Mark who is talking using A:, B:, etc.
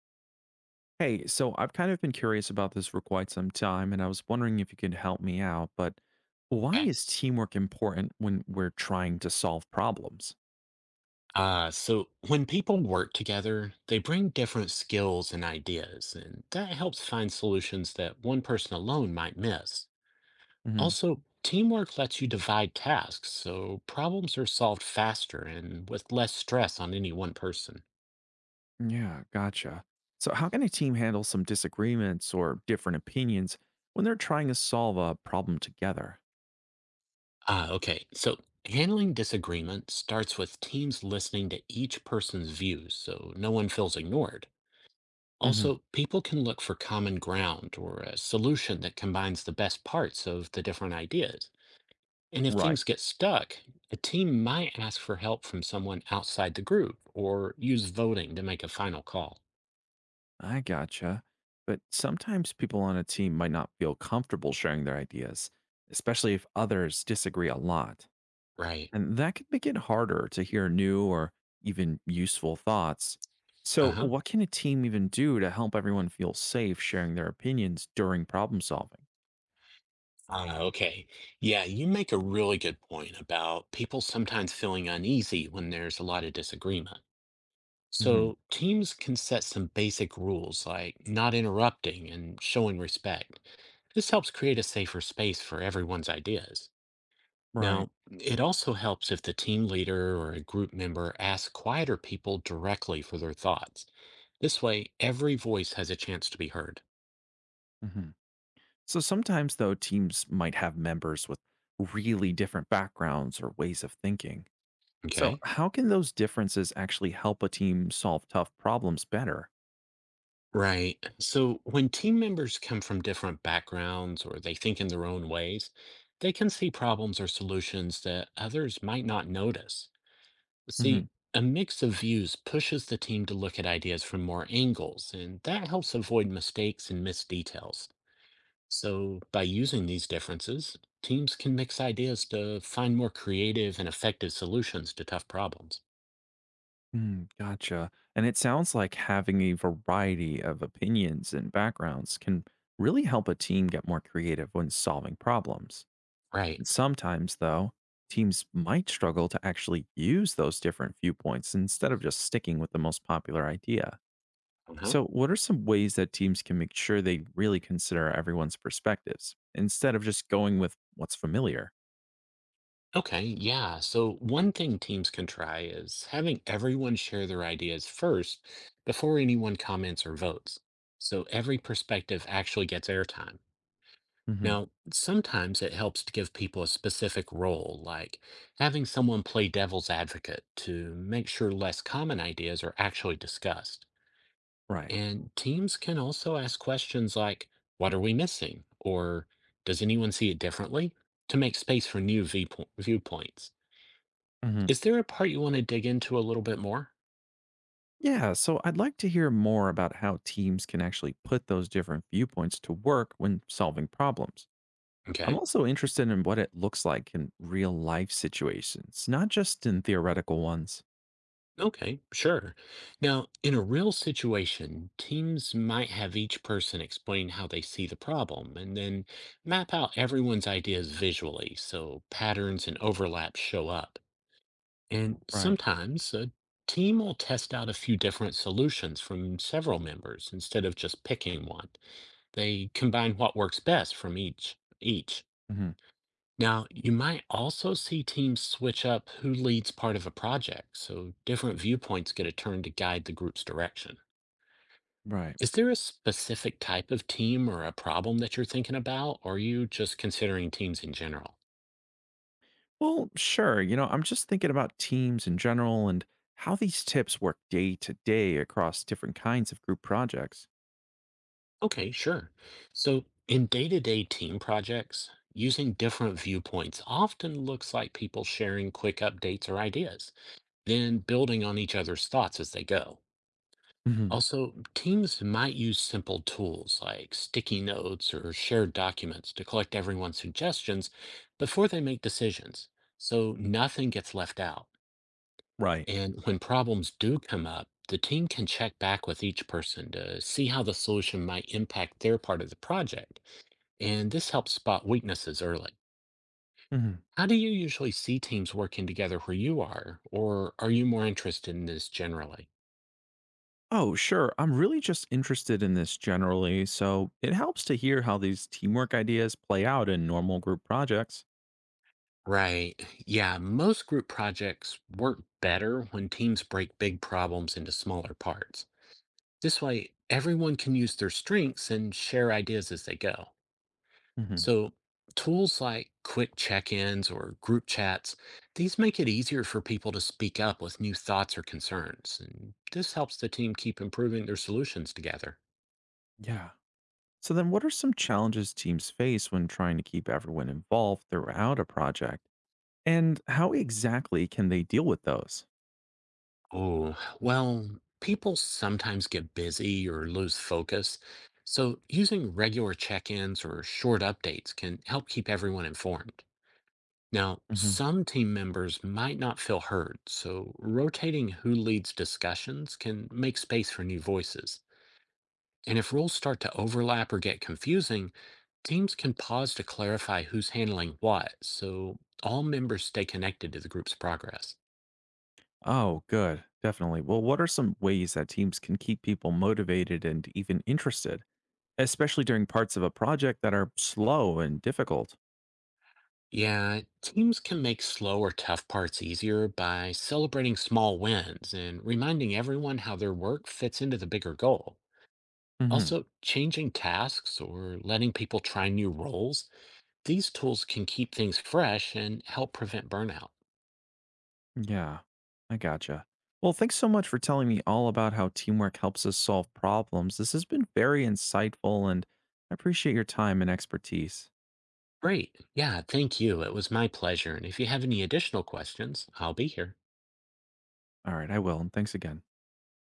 A: Hey, so I've kind of been curious about this for quite some time, and I was wondering if you could help me out. But why
B: Okay.
A: is teamwork important when we're trying to solve problems?
B: So when people work together, they bring different skills and ideas, and that helps find solutions that one person alone might miss.
A: Hmm.
B: Also, teamwork lets you divide tasks, so problems are solved faster and with less stress on any one person.
A: Yeah, gotcha. So, how can a team handle some disagreements or different opinions when they're trying to solve a problem together?
B: Ah, okay. So handling disagreement starts with teams listening to each person's views, so no one feels ignored.
A: Hmm.
B: Also, people can look for common ground or a solution that combines the best parts of the different ideas. And if
A: Right.
B: things get stuck, a team might ask for help from someone outside the group or use voting to make a final call.
A: I gotcha. But sometimes people on a team might not feel comfortable sharing their ideas, especially if others disagree a lot.
B: Right.
A: And that could make it harder to hear new or even useful thoughts.
B: Uh
A: So,
B: huh.
A: what can a team even do to help everyone feel safe sharing their opinions during problem solving?
B: Ah, okay. Yeah, you make a really good point about people sometimes feeling uneasy when there's a lot of disagreement.
A: Hmm.
B: So teams can set some basic rules like not interrupting and showing respect. This helps create a safer space for everyone's ideas.
A: Right.
B: Now, it also helps if the team leader or a group member asks quieter people directly for their thoughts. This way, every voice has a chance to be heard.
A: Hmm. So, sometimes though, teams might have members with really different backgrounds or ways of thinking. So,
B: Okay?
A: how can those differences actually help a team solve tough problems better?
B: Right. So when team members come from different backgrounds or they think in their own ways, they can see problems or solutions that others might not notice. See, a mix of views pushes the team to look at ideas from more angles, and that helps avoid mistakes and missed details. So, by using these differences, teams can mix ideas to find more creative and effective solutions to tough problems.
A: Mm, gotcha. And it sounds like having a variety of opinions and backgrounds can really help a team get more creative when solving problems.
B: Right.
A: And sometimes, though, teams might struggle to actually use those different viewpoints instead of just sticking with the most popular idea.
B: Uh-huh.
A: So, what are some ways that teams can make sure they really consider everyone's perspectives instead of just going with what's familiar?
B: Okay, yeah. So, one thing teams can try is having everyone share their ideas first before anyone comments or votes. So, every perspective actually gets airtime.
A: Hmm.
B: Now, sometimes it helps to give people a specific role, like having someone play devil's advocate to make sure less common ideas are actually discussed.
A: Right.
B: And teams can also ask questions like, what are we missing? Or does anyone see it differently? To make space for new viewpoints. Is there a part you want to dig into a little bit more?
A: Yeah, so I'd like to hear more about how teams can actually put those different viewpoints to work when solving problems. I'm
B: Okay.
A: also interested in what it looks like in real life situations, not just in theoretical ones.
B: Okay, sure. Now, in a real situation, teams might have each person explain how they see the problem and then map out everyone's ideas visually so patterns and overlaps show up. And
A: Right.
B: sometimes a team will test out a few different solutions from several members instead of just picking one. They combine what works best from each.
A: Hmm.
B: Now, you might also see teams switch up who leads part of a project, so different viewpoints get a turn to guide the group's direction.
A: Right.
B: Is there a specific type of team or a problem that you're thinking about, or are you just considering teams in general?
A: Well, sure. You know, I'm just thinking about teams in general and how these tips work day to day across different kinds of group projects.
B: Okay, sure. So, in day to day team projects, using different viewpoints often looks like people sharing quick updates or ideas, then building on each other's thoughts as they go.
A: Hmm.
B: Also, teams might use simple tools like sticky notes or shared documents to collect everyone's suggestions before they make decisions, so nothing gets left out.
A: Right.
B: And when problems do come up, the team can check back with each person to see how the solution might impact their part of the project. And this helps spot weaknesses early.
A: Mhm.
B: How do you usually see teams working together where you are, or are you more interested in this generally?
A: Oh, sure. I'm really just interested in this generally, so it helps to hear how these teamwork ideas play out in normal group projects.
B: Right. Yeah, most group projects work better when teams break big problems into smaller parts. This way, everyone can use their strengths and share ideas as they go.
A: Hmm.
B: So, tools like quick check ins or group chats, these make it easier for people to speak up with new thoughts or concerns. And this helps the team keep improving their solutions together.
A: Yeah. So, then what are some challenges teams face when trying to keep everyone involved throughout a project? And how exactly can they deal with those?
B: Oh, well, people sometimes get busy or lose focus. So using regular check-ins or short updates can help keep everyone informed. Now,
A: Hmm.
B: some team members might not feel heard, so rotating who leads discussions can make space for new voices. And if roles start to overlap or get confusing, teams can pause to clarify who's handling what, so all members stay connected to the group's progress.
A: Oh, good. Definitely. Well, what are some ways that teams can keep people motivated and even interested, especially during parts of a project that are slow and difficult?
B: Yeah, teams can make slow or tough parts easier by celebrating small wins and reminding everyone how their work fits into the bigger goal. Also, changing tasks or letting people try new roles, these tools can keep things fresh and help prevent burnout.
A: Yeah, I gotcha. Well, thanks so much for telling me all about how teamwork helps us solve problems. This has been very insightful, and I appreciate your time and expertise.
B: Great. Yeah, thank you. It was my pleasure. And if you have any additional questions, I'll be here.
A: All right, I will, and thanks again.